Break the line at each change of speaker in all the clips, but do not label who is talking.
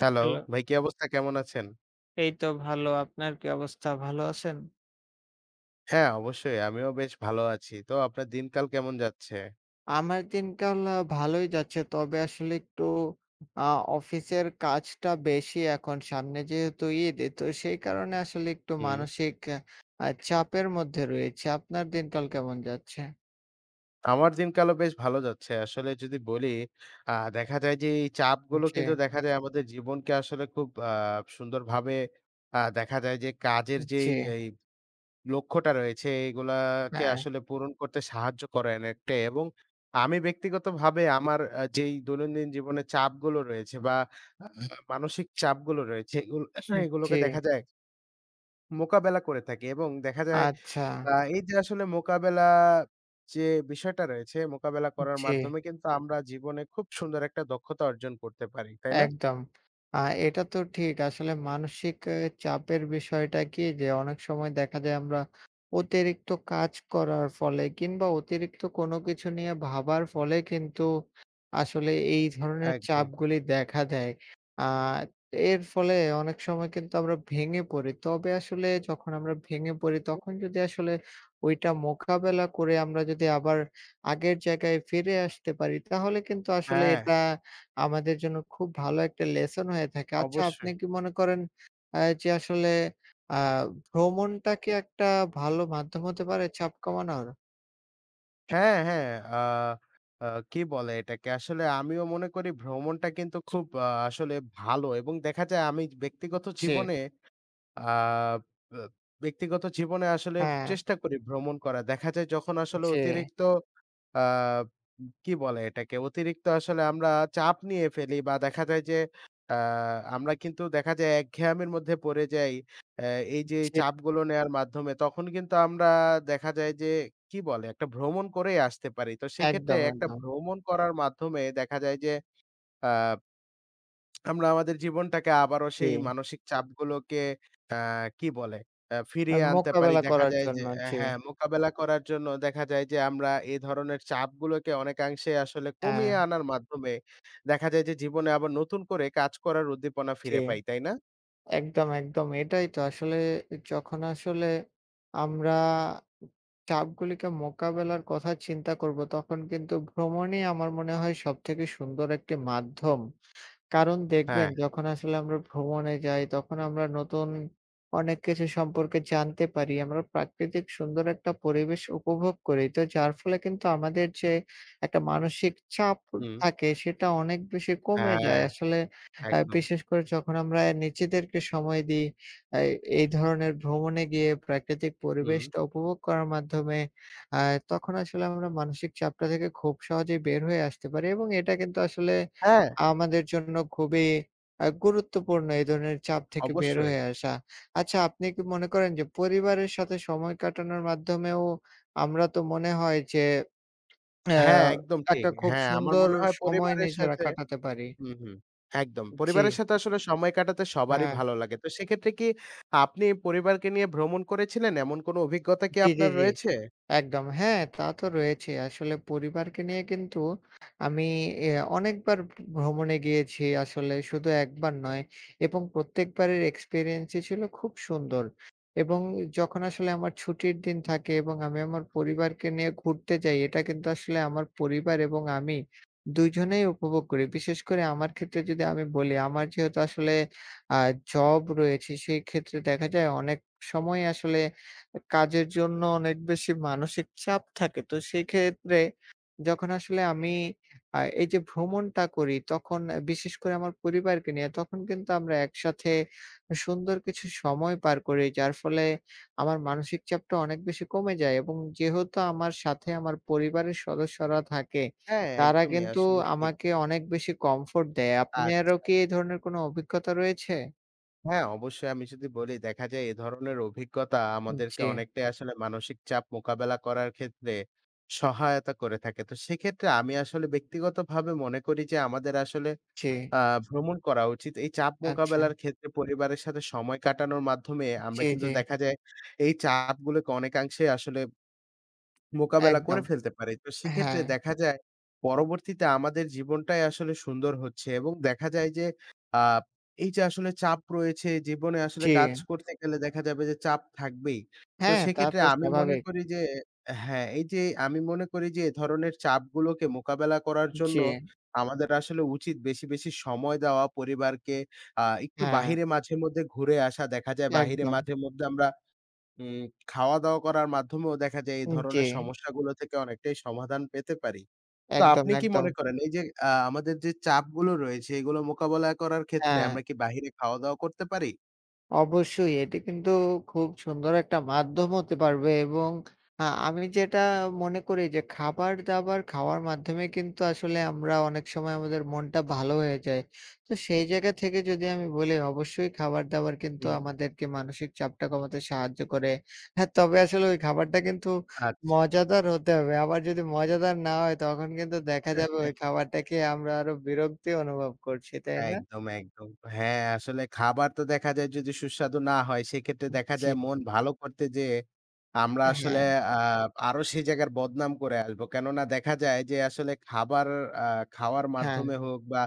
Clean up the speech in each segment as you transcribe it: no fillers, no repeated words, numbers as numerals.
Hello,
hello,
ভাই কি অবস্থা? কেমন আছেন?
এই তো ভালো। আপনার কি অবস্থা? ভালো আছেন?
হ্যাঁ, অবশ্যই আমিও বেশ ভালো আছি। তো আপনার দিনকাল কেমন যাচ্ছে?
আমার দিনকাল ভালোই যাচ্ছে। তবে আসলে একটু আ অফিসের কাজটা বেশি এখন। সামনে যেহেতু ঈদ, তো সেই কারণে আসলে একটু
হুম,
মানসিক চাপের মধ্যে রয়েছি। আপনার দিনকাল কেমন যাচ্ছে?
আমার দিনকালও বেশ ভালো যাচ্ছে। আসলে যদি বলি, দেখা যায় যে এই চাপগুলো
জি,
কিন্তু দেখা যায় আমাদের জীবনকে আসলে খুব সুন্দরভাবে দেখা যায় যে কাজের যেই
জি,
এই লক্ষ্যটা রয়েছে এগুলাকে
হ্যাঁ,
আসলে পূরণ করতে সাহায্য করে অনেকটাই এবং আমি ব্যক্তিগতভাবে আমার যেই দৈনন্দিন জীবনে চাপগুলো রয়েছে বা আ মানসিক চাপগুলো রয়েছে এগুলো
জি,
এগুলোকে দেখা যায় মোকাবেলা করে থাকি এবং দেখা যায়
আচ্ছা,
এই যে আসলে মোকাবেলা যে বিষয়টা রয়েছে, মোকাবেলা করার
জি।
মাধ্যমে কিন্তু আমরা জীবনে খুব সুন্দর একটা দক্ষতা অর্জন করতে পারি। তাই না?
একদম। আ এটা তো ঠিক। আসলে মানসিক চাপের বিষয়টা কি যে অনেক সময় দেখা যায় আমরা অতিরিক্ত কাজ করার ফলে কিংবা অতিরিক্ত কোনো কিছু নিয়ে ভাবার ফলে কিন্তু আসলে এই ধরনের
একদম।
চাপগুলি দেখা দেয়। আ এর ফলে অনেক সময় কিন্তু আমরা ভেঙে পড়ি। তবে আসলে যখন আমরা ভেঙে পড়ি তখন যদি আসলে ওইটা মোকাবেলা করে আমরা যদি আবার আগের জায়গায় ফিরে আসতে পারি তাহলে কিন্তু আসলে
হ্যাঁ,
এটা আমাদের জন্য খুব ভালো একটা লেসন হয়ে থাকে। আচ্ছা আপনি
অবশ্যই।
কি মনে করেন যে আসলে আ ভ্রমণটাকে একটা ভালো মাধ্যম হতে পারে চাপ কমানোর?
হ্যাঁ, হ্যাঁ। আ আ কি বলে এটাকে? আসলে আমিও মনে করি ভ্রমণটা কিন্তু খুব আসলে ভালো এবং দেখা যায় আমি ব্যক্তিগত
জি,
জীবনে আ ব ব্যক্তিগত জীবনে আসলে
হ্যাঁ,
চেষ্টা করি ভ্রমণ করার। দেখা যায় যখন আসলে
জি,
অতিরিক্ত আ কি বলে এটাকে? অতিরিক্ত আসলে আমরা চাপ নিয়ে ফেলি বা দেখা যায় যে আ আমরা কিন্তু দেখা যায় একঘেয়ামির মধ্যে পড়ে যাই। অ্যা এই যে
জি,
চাপগুলো নেয়ার মাধ্যমে তখন কিন্তু আমরা দেখা যায় যে কি বলে? একটা ভ্রমণ করেই আসতে পারি। তো সেক্ষেত্রে
একদম,
একটা
একদম।
ভ্রমণ করার মাধ্যমে দেখা যায় যে আ আমরা আমাদের জীবনটাকে আবারও সেই
জি,
মানসিক চাপগুলোকে আ কি বলে? ফিরিয়ে আনতে পারি।
মোকাবেলা
দেখা
করার
যায় যে
জন্য। জি,
হ্যাঁ, মোকাবেলা করার জন্য দেখা যায় যে আমরা এ ধরনের চাপগুলোকে অনেকাংশে আসলে
হ্যাঁ,
কমিয়ে আনার মাধ্যমে দেখা যায় যে জীবনে আবার নতুন করে কাজ করার উদ্দীপনা
জি,
ফিরে পাই, তাই না?
একদম, একদম। এটাই তো আসলে যখন আসলে আমরা চাপগুলিকে মোকাবেলার কথা চিন্তা করব তখন কিন্তু ভ্রমণই আমার মনে হয় সবথেকে সুন্দর একটি মাধ্যম। কারণ দেখবেন
হ্যাঁ,
যখন আসলে আমরা ভ্রমণে যাই, তখন আমরা নতুন অনেক কিছু সম্পর্কে জানতে পারি। আমরা প্রাকৃতিক সুন্দর একটা পরিবেশ উপভোগ করি। তো যার ফলে কিন্তু আমাদের যে একটা মানসিক চাপ
হুম,
থাকে সেটা অনেক বেশি কমে
হ্যাঁ,
যায়। আসলে
একদম।
বিশেষ করে যখন আমরা নিজেদেরকে সময় দিই, আ এই ধরনের ভ্রমণে গিয়ে প্রাকৃতিক
হুম,
পরিবেশটা উপভোগ করার মাধ্যমে আ তখন আসলে আমরা মানসিক চাপটা থেকে খুব সহজেই বের হয়ে আসতে পারি এবং এটা কিন্তু আসলে
হ্যাঁ,
আমাদের জন্য খুবই গুরুত্বপূর্ণ এই ধরনের চাপ থেকে বের
অবশ্যই।
হয়ে আসা। আচ্ছা আপনি কি মনে করেন যে পরিবারের সাথে সময় কাটানোর মাধ্যমেও আমরা তো মনে হয় যে অ্যা
হ্যাঁ, একদম ঠিক।
একটা খুব
হ্যাঁ, আমার
সুন্দর
মনে হয়
সময়
পরিবারের
নিজেরা
সাথে
কাটাতে পারি।
হুম, হুম। একদম।
জি,
পরিবারের সাথে আসলে সময় কাটাতে সবারই
হ্যাঁ।
ভালো লাগে। তো সেক্ষেত্রে কি আপনি পরিবারকে নিয়ে ভ্রমণ করেছিলেন? এমন কোনো অভিজ্ঞতা কি
জি, জি,
আপনার
জি।
রয়েছে?
একদম। হ্যাঁ, তা তো রয়েছে। আসলে পরিবারকে নিয়ে কিন্তু আমি এ অনেকবার ভ্রমণে গিয়েছি আসলে শুধু একবার নয় এবং প্রত্যেকবারের এক্সপেরিয়েন্স ই ছিল খুব সুন্দর। এবং যখন আসলে আমার ছুটির দিন থাকে এবং আমি আমার পরিবারকে নিয়ে ঘুরতে যাই, এটা কিন্তু আসলে আমার পরিবার এবং আমি ২ জনেই উপভোগ করি। বিশেষ করে আমার ক্ষেত্রে যদি আমি বলি, আমার যেহেতু আসলে আ জব রয়েছে, সেই ক্ষেত্রে দেখা যায় অনেক সময় আসলে কাজের জন্য অনেক বেশি মানসিক চাপ থাকে। তো সেক্ষেত্রে যখন আসলে আমি এই যে ভ্রমণটা করি তখন বিশেষ করে আমার পরিবারকে নিয়ে তখন কিন্তু আমরা একসাথে সুন্দর কিছু সময় পার করি। যার ফলে আমার মানসিক চাপটা অনেক বেশি কমে যায় এবং যেহেতু আমার সাথে আমার পরিবারের সদস্যরা থাকে,
হ্যাঁ,
তারা
একদমই
কিন্তু
আসলে ঠিক।
আমাকে অনেক বেশি কমফোর্ট দেয়। আপনারও
আচ্ছা।
কি এই ধরনের কোনো অভিজ্ঞতা রয়েছে?
হ্যাঁ, অবশ্যই আমি যদি বলি দেখা যায় এ ধরনের অভিজ্ঞতা আমাদেরকে
জি,
অনেকটাই আসলে মানসিক চাপ মোকাবেলা করার ক্ষেত্রে সহায়তা করে থাকে। তো সেক্ষেত্রে আমি আসলে ব্যক্তিগতভাবে মনে করি যে আমাদের আসলে
জি।
আ ভ্রমণ করা উচিত। এই চাপ
আচ্ছা।
মোকাবেলার ক্ষেত্রে পরিবারের সাথে সময় কাটানোর মাধ্যমে আমরা
জি,
কিন্তু
জি।
দেখা যায় এই চাপগুলোকে অনেকাংশে আসলে মোকাবেলা করে
একদম।
ফেলতে পারি। তো সেক্ষেত্রে
হ্যাঁ,
দেখা যায় পরবর্তীতে আমাদের জীবনটাই আসলে সুন্দর হচ্ছে এবং দেখা যায় যে আ এই যে আসলে চাপ রয়েছে জীবনে আসলে
জি।
কাজ করতে গেলে দেখা যাবে যে চাপ থাকবেই। তো
হ্যাঁ, তা
সেক্ষেত্রে
তো
আমি মনে
স্বাভাবিক।
করি যে হ্যাঁ, এই যে আমি মনে করি যে এ ধরনের চাপগুলোকে মোকাবেলা করার জন্য
জি,
আমাদের আসলে উচিত বেশি, বেশি সময় দেওয়া পরিবারকে, একটু
হ্যাঁ,
বাহিরে মাঝেমধ্যে ঘুরে আসা। দেখা যায় বাহিরে
একদম।
মাঝেমধ্যে আমরা উম খাওয়া-দাওয়া করার মাধ্যমেও দেখা যায় এই
জি,
ধরনের হুম। সমস্যাগুলো থেকে অনেকটাই সমাধান পেতে পারি। তো
একদম,
আপনি কি
একদম।
মনে করেন এই যে আমাদের যে চাপগুলো রয়েছে এগুলো মোকাবেলা করার ক্ষেত্রে
হ্যাঁ।
আমরা কি বাহিরে খাওয়া-দাওয়া করতে পারি?
অবশ্যই এটি কিন্তু খুব সুন্দর একটা মাধ্যম হতে পারবে এবং আমি যেটা মনে করি যে খাবার-দাবার খাওয়ার মাধ্যমে কিন্তু আসলে আমরা অনেক সময় আমাদের মনটা ভালো হয়ে যায়। তো সেই জায়গা থেকে যদি আমি বলি অবশ্যই খাবার-দাবার কিন্তু
হুম।
আমাদেরকে মানসিক চাপটা কমাতে সাহায্য করে। হ্যাঁ, তবে আসলে ওই খাবারটা কিন্তু
আচ্ছা।
মজাদার হতে হবে। আবার যদি মজাদার না হয় তখন কিন্তু দেখা যাবে ওই খাবারটা খেয়ে আমরা আরো বিরক্তি অনুভব করছি, তাই না?
একদম, একদম। হ্যাঁ, আসলে খাবার তো দেখা যায় যদি সুস্বাদু না হয় সেক্ষেত্রে দেখা
জি।
যায় মন ভালো করতে যেয়ে আমরা আসলে
হ্যাঁ,
আ আরো সেই জায়গার বদনাম করে আসবো। কেননা দেখা যায় যে আসলে খাবার আ খাওয়ার
হ্যাঁ,
মাধ্যমে হোক বা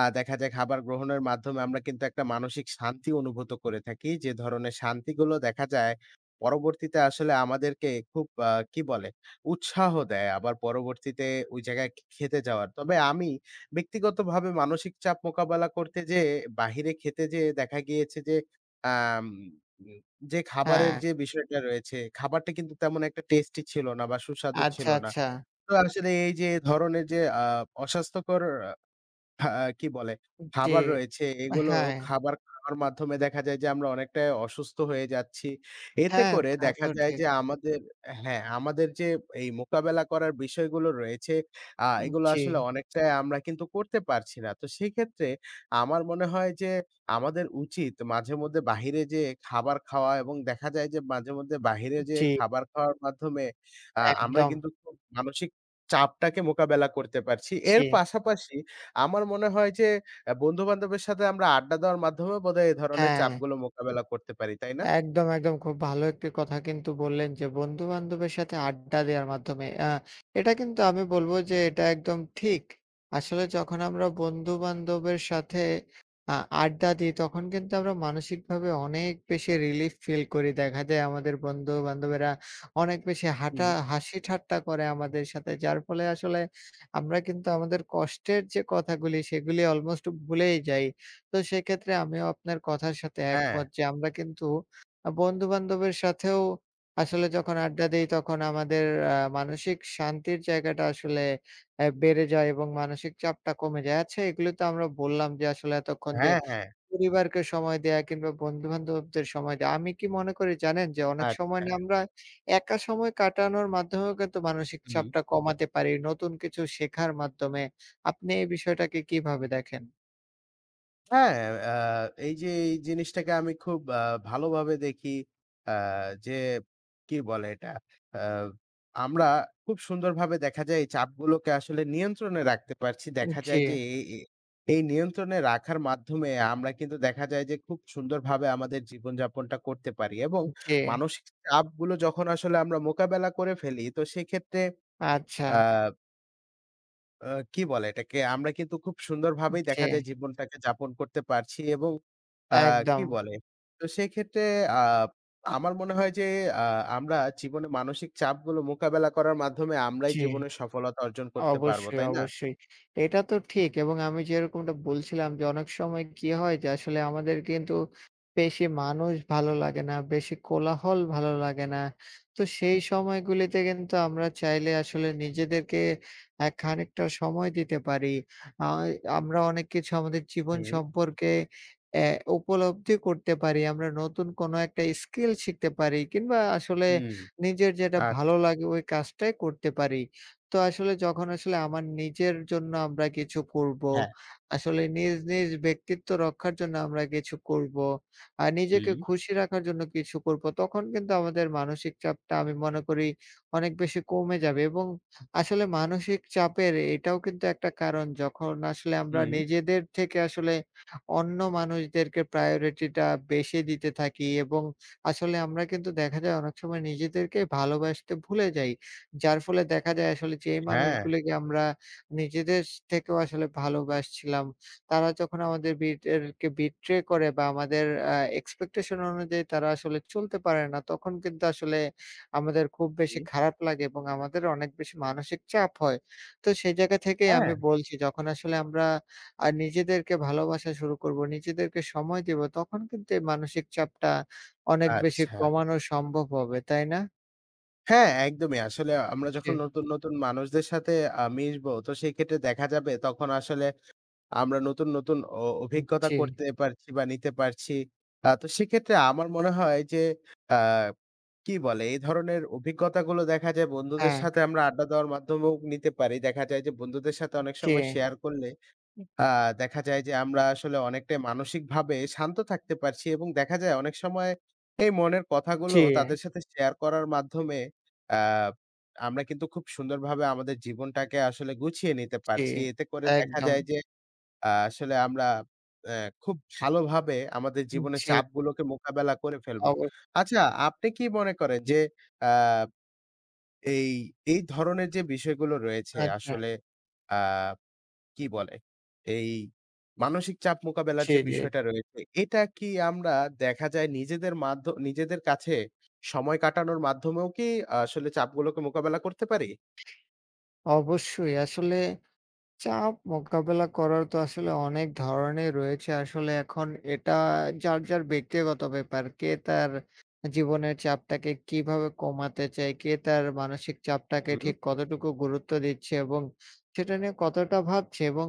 দেখা যায় খাবার গ্রহণের মাধ্যমে আমরা কিন্তু একটা মানসিক শান্তি অনুভূত করে থাকি। যে ধরনের শান্তিগুলো দেখা যায় পরবর্তীতে আসলে আমাদেরকে খুব কি বলে উৎসাহ দেয় আবার পরবর্তীতে ওই জায়গায় খেতে যাওয়ার। তবে আমি ব্যক্তিগতভাবে মানসিক চাপ মোকাবেলা করতে যেয়ে বাহিরে খেতে যেয়ে দেখা গিয়েছে যে, আম যে খাবারের
হ্যাঁ।
যে বিষয়টা রয়েছে, খাবারটা কিন্তু তেমন একটা টেস্টি ছিল না বা সুস্বাদু ছিল
আচ্ছা,
না।
আচ্ছা।
তো আসলে এই যে এ ধরনের যে অস্বাস্থ্যকর হা কি বলে?
জি।
খাবার রয়েছে, এগুলো
হ্যাঁ,
খাবার খাওয়ার মাধ্যমে দেখা যায় যে আমরা অনেকটাই অসুস্থ হয়ে যাচ্ছি। এতে
হ্যাঁ,
করে
তা
দেখা
তো
যায়
ঠিক।
যে আমাদের হ্যাঁ, আমাদের যে এই মোকাবেলা করার বিষয়গুলো রয়েছে, এগুলো
জি,
আসলে অনেকটাই আমরা কিন্তু করতে পারছি না। তো সেক্ষেত্রে আমার মনে হয় যে আমাদের উচিত মাঝেমধ্যে বাহিরে যেয়ে খাবার খাওয়া এবং দেখা যায় যে মাঝেমধ্যে বাহিরে যেয়ে
জি,
খাবার খাওয়ার মাধ্যমে আমরা
একদম।
কিন্তু খুব মানসিক চাপটাকে মোকাবেলা করতে পারছি। এর
জি,
পাশাপাশি আমার মনে হয় যে বন্ধু-বান্ধবের সাথে আমরা আড্ডা দেওয়ার মাধ্যমে বোধহয় এ ধরনের
হ্যাঁ।
চাপগুলো মোকাবেলা করতে পারি, তাই না?
একদম, একদম। খুব ভালো একটি কথা কিন্তু বললেন যে, বন্ধু-বান্ধবের সাথে আড্ডা দেওয়ার মাধ্যমে। এটা কিন্তু আমি বলব যে এটা একদম ঠিক। আসলে যখন আমরা বন্ধু-বান্ধবের সাথে আ আড্ডা দিই, তখন কিন্তু আমরা মানসিকভাবে অনেক বেশি রিলিফ ফিল করি। দেখা যায় আমাদের বন্ধু-বান্ধবেরা অনেক বেশি
হুম।
হাঁটা হাসি-ঠাট্টা করে আমাদের সাথে। যার ফলে আসলে আমরা কিন্তু আমাদের কষ্টের যে কথাগুলি, সেগুলি অলমোস্ট ভুলেই যাই। তো সেক্ষেত্রে আমিও আপনার কথার সাথে
হ্যাঁ,
একমত যে আমরা কিন্তু বন্ধু-বান্ধবের সাথেও আসলে যখন আড্ডা দেই, তখন আমাদের মানসিক শান্তির জায়গাটা আসলে বেড়ে যায় এবং মানসিক চাপটা কমে যায়। আচ্ছা, এগুলো তো আমরা বললাম যে আসলে এতক্ষণ যে
হ্যাঁ, হ্যাঁ।
পরিবারকে সময় দেয়া কিংবা বন্ধু-বান্ধবদের সময় দেয়া। আমি কি মনে করি জানেন যে অনেক সময়
আচ্ছা,
না আমরা একা সময় কাটানোর মাধ্যমেও কিন্তু মানসিক
হুম।
চাপটা কমাতে পারি, নতুন কিছু শেখার মাধ্যমে। আপনি এই বিষয়টাকে কিভাবে দেখেন?
হ্যাঁ, আ এই যে এই জিনিসটাকে আমি খুব ভালোভাবে দেখি। আ যে কি বলে এটা? আ আমরা খুব সুন্দরভাবে দেখা যায় এই চাপগুলোকে আসলে নিয়ন্ত্রণে রাখতে পারছি। দেখা
জি,
যায় যে এ এ এই নিয়ন্ত্রণে রাখার মাধ্যমে আমরা কিন্তু দেখা যায় যে খুব সুন্দরভাবে আমাদের জীবনযাপনটা করতে পারি এবং
জি।
মানসিক চাপগুলো যখন আসলে আমরা মোকাবেলা করে ফেলি তো সেক্ষেত্রে
আচ্ছা,
আ আ কি বলে এটাকে? আমরা কিন্তু খুব সুন্দরভাবেই
জি।
দেখা যায় জীবনটাকে যাপন করতে পারছি এবং আ কি
একদম।
বলে? তো সেক্ষেত্রে আ আমার মনে হয় যে আ আমরা জীবনে মানসিক চাপগুলো মোকাবেলা করার মাধ্যমে আমরাই
জি।
জীবনের সফলতা অর্জন করতে পারব,
অবশ্যই,
তাই না?
অবশ্যই। এটা তো ঠিক এবং আমি যেরকমটা বলছিলাম যে অনেক সময় কি হয় যে আসলে আমাদের কিন্তু বেশি মানুষ ভালো লাগে না, বেশি কোলাহল ভালো লাগে না। তো সেই সময়গুলিতে কিন্তু আমরা চাইলে আসলে নিজেদেরকে খানিকটা সময় দিতে পারি। আ আমরা অনেক কিছু আমাদের জীবন
হুম,
সম্পর্কে অ্যা উপলব্ধি করতে পারি। আমরা নতুন কোনো একটা স্কিল শিখতে পারি কিংবা আসলে
হুম,
নিজের যেটা ভালো
আচ্ছা।
লাগে ওই কাজটাই করতে পারি। তো আসলে যখন আসলে আমার নিজের জন্য আমরা কিছু করব,
হ্যাঁ,
আসলে নিজ, নিজ ব্যক্তিত্ব রক্ষার জন্য আমরা কিছু করব, আর নিজেকে
হুম,
খুশি রাখার জন্য কিছু করব, তখন কিন্তু আমাদের মানসিক চাপটা আমি মনে করি অনেক বেশি কমে যাবে এবং আসলে মানসিক চাপের এটাও কিন্তু একটা কারণ যখন আসলে আমরা
হুম,
নিজেদের থেকে আসলে অন্য মানুষদেরকে প্রায়োরিটিটা বেশি দিতে থাকি এবং আসলে আমরা কিন্তু দেখা যায় অনেক সময় নিজেদেরকে ভালোবাসতে ভুলে যাই। যার ফলে দেখা যায় আসলে যেই
হ্যাঁ,
মানুষগুলোকে আমরা নিজেদের থেকেও আসলে ভালোবাসছিলাম, তারা যখন আমাদের বিট্রে করে বা আমাদের আ এক্সপেকটেশন অনুযায়ী তারা আসলে চলতে পারে না, তখন কিন্তু আসলে আমাদের খুব বেশি
হুম,
খারাপ লাগে এবং আমাদের অনেক বেশি মানসিক চাপ হয়। তো সেই জায়গা থেকেই আমি
হ্যাঁ,
বলছি যখন আসলে আমরা নিজেদেরকে ভালোবাসা শুরু করব, নিজেদেরকে সময় দিব, তখন কিন্তু এই মানসিক চাপটা অনেক বেশি
আচ্ছা।
কমানো সম্ভব হবে, তাই না?
হ্যাঁ, একদমই। আসলে আমরা
জি,
যখন নতুন, নতুন মানুষদের সাথে মিশবো তো সেক্ষেত্রে দেখা যাবে তখন আসলে আমরা নতুন, নতুন অভিজ্ঞতা
জি।
করতে পারছি বা নিতে পারছি। তো সেক্ষেত্রে আমার মনে হয় যে আ কি বলে? এই ধরনের অভিজ্ঞতাগুলো দেখা যায় বন্ধুদের
হ্যাঁ,
সাথে আমরা আড্ডা দেওয়ার মাধ্যমেও নিতে পারি। দেখা যায় যে বন্ধুদের সাথে অনেক
জি,
সময় শেয়ার করলে আ দেখা যায় যে আমরা আসলে অনেকটাই মানসিকভাবে শান্ত থাকতে পারছি এবং দেখা যায় অনেক সময় এই মনের কথাগুলো
জি,
তাদের সাথে শেয়ার করার মাধ্যমে আ আমরা কিন্তু খুব সুন্দরভাবে আমাদের জীবনটাকে আসলে গুছিয়ে নিতে
জি,
পারছি। এতে করে দেখা
একদম।
যায় যে আসলে আমরা অ্যা খুব ভালোভাবে আমাদের জীবনের
জি,
চাপগুলোকে মোকাবেলা করে ফেলবো।
অব
আচ্ছা, আপনি কি মনে করেন যে আ এই, এই ধরনের যে বিষয়গুলো রয়েছে
আচ্ছা।
আসলে আ কি বলে? এই মানসিক চাপ মোকাবেলার
জি,
যে
জি।
বিষয়টা রয়েছে, এটা কি আমরা দেখা যায় নিজেদের কাছে সময় কাটানোর মাধ্যমেও কি আসলে চাপগুলোকে মোকাবেলা করতে পারি?
অবশ্যই আসলে চাপ মোকাবেলা করার তো আসলে অনেক ধরনের রয়েছে। আসলে এখন এটা যার, যার ব্যক্তিগত ব্যাপার। কে তার জীবনের চাপটাকে কিভাবে কমাতে চায়, কে তার মানসিক চাপটাকে
হুম।
ঠিক কতটুকু গুরুত্ব দিচ্ছে এবং সেটা নিয়ে কতটা ভাবছে এবং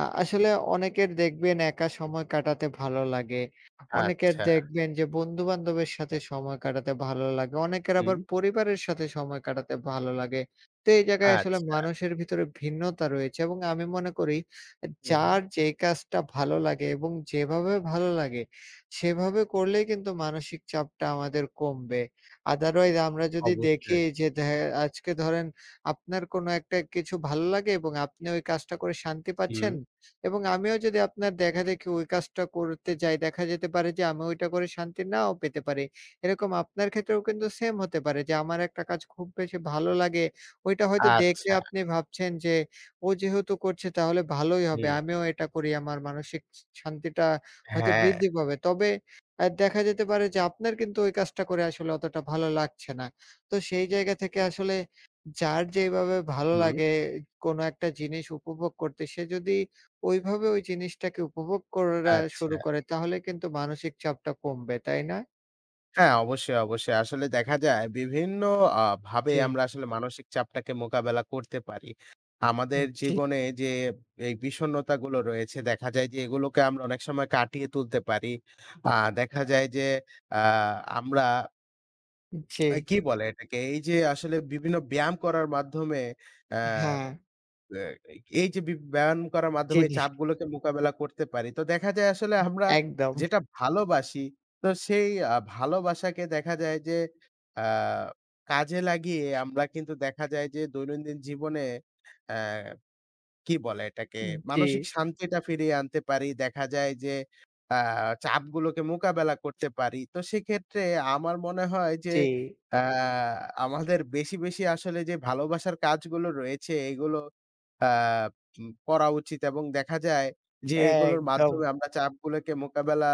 আসলে অনেকের দেখবেন একা সময় কাটাতে ভালো লাগে। অনেকের
আচ্ছা।
দেখবেন যে বন্ধু-বান্ধবের সাথে সময় কাটাতে ভালো লাগে। অনেকের
হুম।
আবার পরিবারের সাথে সময় কাটাতে ভালো লাগে। তো এই জায়গায় আসলে
আচ্ছা।
মানুষের ভিতরে ভিন্নতা রয়েছে এবং আমি মনে করি
হুম।
যার যে কাজটা ভালো লাগে এবং যেভাবে ভালো লাগে সেভাবে করলেই কিন্তু মানসিক চাপটা আমাদের কমবে। আদারওয়াইজ আমরা যদি দেখি
অবশ্যই।
যে আজকে ধরেন আপনার কোনো একটা কিছু ভালো লাগে এবং আপনি ওই কাজটা করে শান্তি
হুম।
পাচ্ছেন এবং আমিও যদি আপনার দেখাদেখি ওই কাজটা করতে যাই দেখা যেতে পারে যে আমি ওইটা করে শান্তি নাও পেতে পারি। এরকম আপনার ক্ষেত্রেও কিন্তু সেম হতে পারে যে আমার একটা কাজ খুব বেশি ভালো লাগে ওইটা হয়তো দেখে
আচ্ছা।
আপনি ভাবছেন যে, "ও যেহেতু করছে তাহলে ভালোই হবে।
হুম,
আমিও এটা করি। আমার মানসিক শান্তিটা হয়তো
হ্যাঁ,
বৃদ্ধি পাবে।" তবে দেখা যেতে পারে যে আপনার কিন্তু ওই কাজটা করে আসলে অতটা ভালো লাগছে না। তো সেই জায়গা থেকে আসলে যার যেইভাবে ভালো
হুম,
লাগে কোনো একটা জিনিস উপভোগ করতে, সে যদি ওইভাবে ওই জিনিসটাকে উপভোগ করা
আচ্ছা।
শুরু করে তাহলে কিন্তু মানসিক চাপটা কমবে, তাই না?
হ্যাঁ, অবশ্যই, অবশ্যই। আসলে দেখা যায় বিভিন্ন ভাবে
জি,
আমরা আসলে মানসিক চাপটাকে মোকাবেলা করতে পারি। আমাদের
জি,
জীবনে যে এই বিষণ্ণতাগুলো রয়েছে দেখা যায় যে এগুলোকে আমরা অনেক সময় কাটিয়ে তুলতে পারি। আ দেখা যায় যে আ আমরা
জি।
এই কি বলে এটাকে? এই যে আসলে বিভিন্ন ব্যায়াম করার মাধ্যমে অ্যা
হ্যাঁ,
অ্যা এই যে ব্যায়াম করার
জি,
মাধ্যমে এই
জি।
চাপগুলোকে মোকাবেলা করতে পারি। তো দেখা যায় আসলে আমরা
একদম।
যেটা ভালোবাসি, তো সেই ভালোবাসাকে দেখা যায় যে আ কাজে লাগিয়ে আমরা কিন্তু দেখা যায় যে দৈনন্দিন জীবনে অ্যা কি বলে এটাকে?
জি।
মানসিক শান্তিটা ফিরিয়ে আনতে পারি। দেখা যায় যে আ চাপগুলোকে মোকাবেলা করতে পারি। তো সেক্ষেত্রে আমার মনে হয় যে
জি,
অ্যা আমাদের বেশি, বেশি আসলে যে ভালোবাসার কাজগুলো রয়েছে এগুলো আ উম করা উচিত এবং দেখা যায় যে এগুলোর মাধ্যমে
একদম।
আমরা চাপগুলোকে মোকাবেলা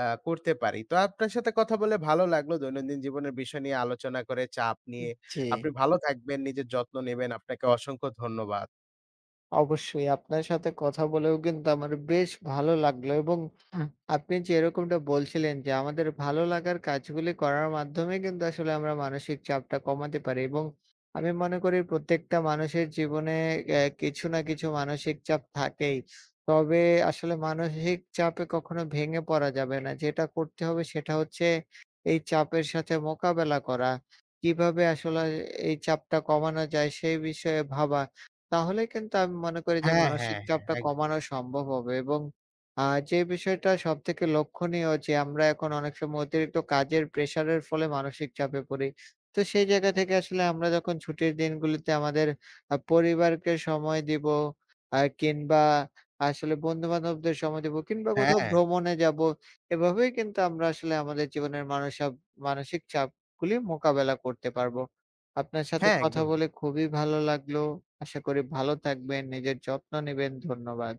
আ করতে পারি। তো আপনার সাথে কথা বলে ভালো লাগলো। দৈনন্দিন জীবনের বিষয় নিয়ে আলোচনা করে, চাপ নিয়ে।
জি।
আপনি ভালো থাকবেন, নিজের যত্ন নেবেন। আপনাকে অসংখ্য ধন্যবাদ।
অবশ্যই আপনার সাথে কথা বলেও কিন্তু আমার বেশ ভালো লাগলো এবং হুম। আপনি যেরকমটা বলছিলেন যে আমাদের ভালো লাগার কাজগুলি করার মাধ্যমে কিন্তু আসলে আমরা মানসিক চাপটা কমাতে পারি এবং আমি মনে করি প্রত্যেকটা মানুষের জীবনে কিছু না কিছু মানসিক চাপ থাকেই। তবে আসলে মানসিক চাপে কখনো ভেঙে পড়া যাবে না। যেটা করতে হবে সেটা হচ্ছে এই চাপের সাথে মোকাবেলা করা। কিভাবে আসলে এই চাপটা কমানো যায় সেই বিষয়ে ভাবা। তাহলে কিন্তু আমি মনে করি যে
হ্যাঁ, হ্যাঁ,
মানসিক
হ্যাঁ।
চাপটা কমানো সম্ভব হবে এবং আ যে বিষয়টা সবথেকে লক্ষণীয় যে আমরা এখন অনেক সময় অতিরিক্ত কাজের প্রেশারের ফলে মানসিক চাপে পড়ি। তো সেই জায়গা থেকে আসলে আমরা যখন ছুটির দিনগুলিতে আমাদের পরিবারকে সময় দিব কিংবা আসলে বন্ধু-বান্ধবদের সময় দিব কিংবা কোথাও
হ্যাঁ,
ভ্রমণে যাব। এভাবেই কিন্তু আমরা আসলে আমাদের জীবনের মানসিক চাপগুলি মোকাবেলা করতে পারবো। আপনার সাথে
হ্যাঁ,
কথা
একদম।
বলে খুবই ভালো লাগলো। আশা করি ভালো থাকবেন, নিজের যত্ন নিবেন। ধন্যবাদ।